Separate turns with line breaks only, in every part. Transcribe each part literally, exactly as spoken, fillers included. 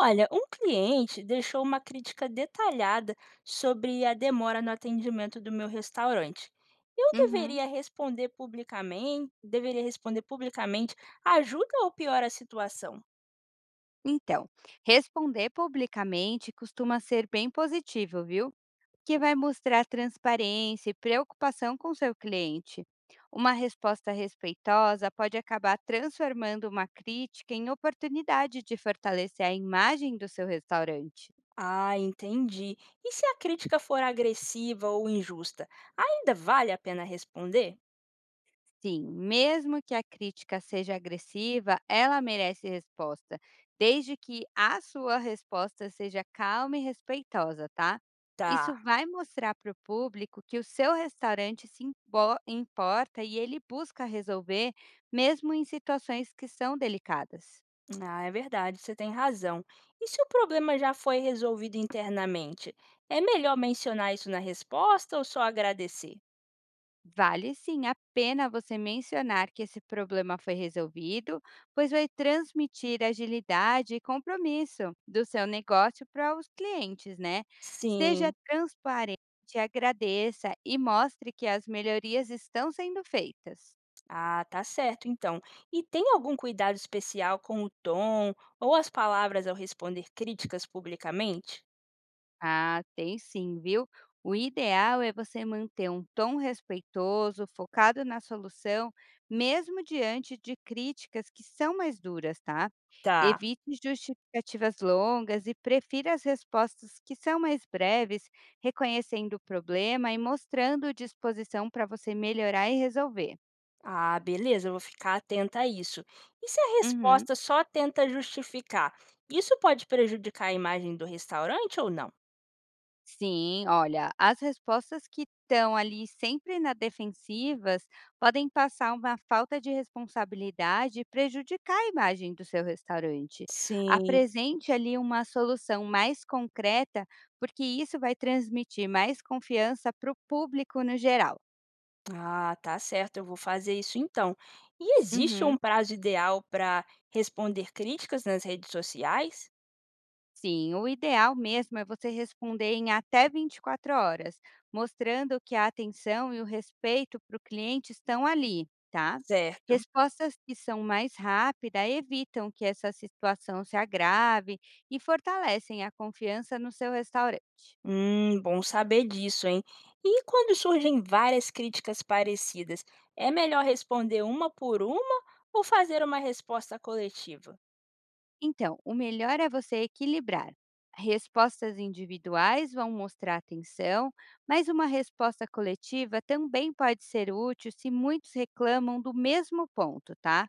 Olha, um cliente deixou uma crítica detalhada sobre a demora no atendimento do meu restaurante. Eu
Uhum.
deveria responder publicamente, deveria responder publicamente, ajuda ou piora a situação?
Então, responder publicamente costuma ser bem positivo, viu? Que vai mostrar transparência e preocupação com seu cliente. Uma resposta respeitosa pode acabar transformando uma crítica em oportunidade de fortalecer a imagem do seu restaurante.
Ah, entendi. E se a crítica for agressiva ou injusta, ainda vale a pena responder?
Sim, mesmo que a crítica seja agressiva, ela merece resposta, desde que a sua resposta seja calma e respeitosa, tá? Isso
Tá.
vai mostrar para o público que o seu restaurante se impo- importa e ele busca resolver, mesmo em situações que são delicadas.
Ah, é verdade, você tem razão. E se o problema já foi resolvido internamente? É melhor mencionar isso na resposta ou só agradecer?
Vale sim a pena você mencionar que esse problema foi resolvido, pois vai transmitir agilidade e compromisso do seu negócio para os clientes, né? Seja
Sim.
transparente, agradeça e mostre que as melhorias estão sendo feitas.
Ah, tá certo, então. E tem algum cuidado especial com o tom ou as palavras ao responder críticas publicamente?
Ah, tem sim, viu? O ideal é você manter um tom respeitoso, focado na solução, mesmo diante de críticas que são mais duras, tá?
Tá.
Evite justificativas longas e prefira as respostas que são mais breves, reconhecendo o problema e mostrando disposição para você melhorar e resolver.
Ah, beleza, eu vou ficar atenta a isso. E se a
Uhum.
resposta só tenta justificar, isso pode prejudicar a imagem do restaurante ou não?
Sim, olha, as respostas que estão ali sempre na defensivas podem passar uma falta de responsabilidade e prejudicar a imagem do seu restaurante.
Sim.
Apresente ali uma solução mais concreta, porque isso vai transmitir mais confiança para o público no geral.
Ah, tá certo, eu vou fazer isso então. E existe um
Uhum.
prazo ideal para responder críticas nas redes sociais?
Sim, o ideal mesmo é você responder em até vinte e quatro horas, mostrando que a atenção e o respeito para o cliente estão ali, tá?
Certo.
Respostas que são mais rápidas evitam que essa situação se agrave e fortalecem a confiança no seu restaurante.
Hum, bom saber disso, hein? E quando surgem várias críticas parecidas, é melhor responder uma por uma ou fazer uma resposta coletiva?
Então, o melhor é você equilibrar. Respostas individuais vão mostrar atenção, mas uma resposta coletiva também pode ser útil se muitos reclamam do mesmo ponto, tá?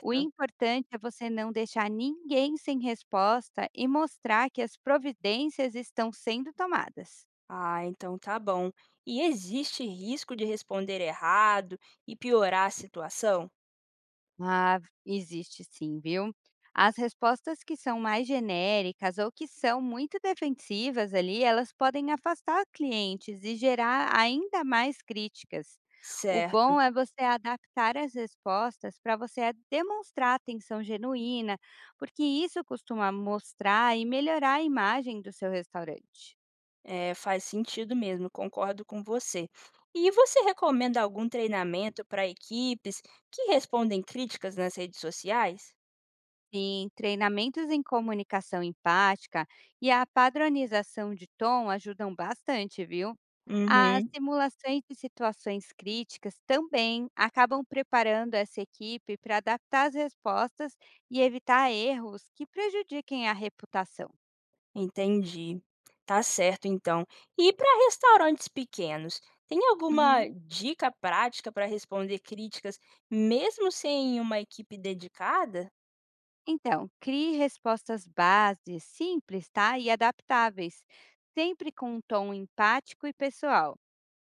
O importante é você não deixar ninguém sem resposta e mostrar que as providências estão sendo tomadas.
Ah, então tá bom. E existe risco de responder errado e piorar a situação?
Ah, existe sim, viu? As respostas que são mais genéricas ou que são muito defensivas ali, elas podem afastar clientes e gerar ainda mais críticas. O
Certo.
bom é você adaptar as respostas para você demonstrar atenção genuína, porque isso costuma mostrar e melhorar a imagem do seu restaurante.
É, faz sentido mesmo, concordo com você. E você recomenda algum treinamento para equipes que respondem críticas nas redes sociais?
Sim, treinamentos em comunicação empática e a padronização de tom ajudam bastante, viu? As
Uhum.
simulações de situações críticas também acabam preparando essa equipe para adaptar as respostas e evitar erros que prejudiquem a reputação.
Entendi. Tá certo, então. E para restaurantes pequenos, tem alguma
Uhum.
dica prática para responder críticas, mesmo sem uma equipe dedicada?
Então, crie respostas bases, simples, tá? E adaptáveis, sempre com um tom empático e pessoal.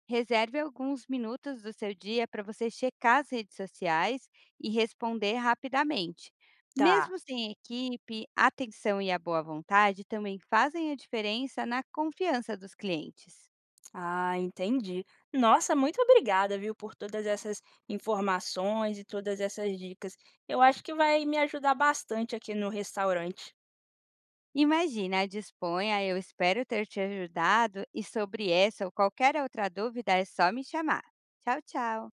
Reserve alguns minutos do seu dia para você checar as redes sociais e responder rapidamente.
Tá.
Mesmo sem equipe, a atenção e a boa vontade também fazem a diferença na confiança dos clientes.
Ah, entendi. Nossa, muito obrigada, viu, por todas essas informações e todas essas dicas. Eu acho que vai me ajudar bastante aqui no restaurante.
Imagina, disponha, eu espero ter te ajudado e sobre essa ou qualquer outra dúvida é só me chamar. Tchau, tchau!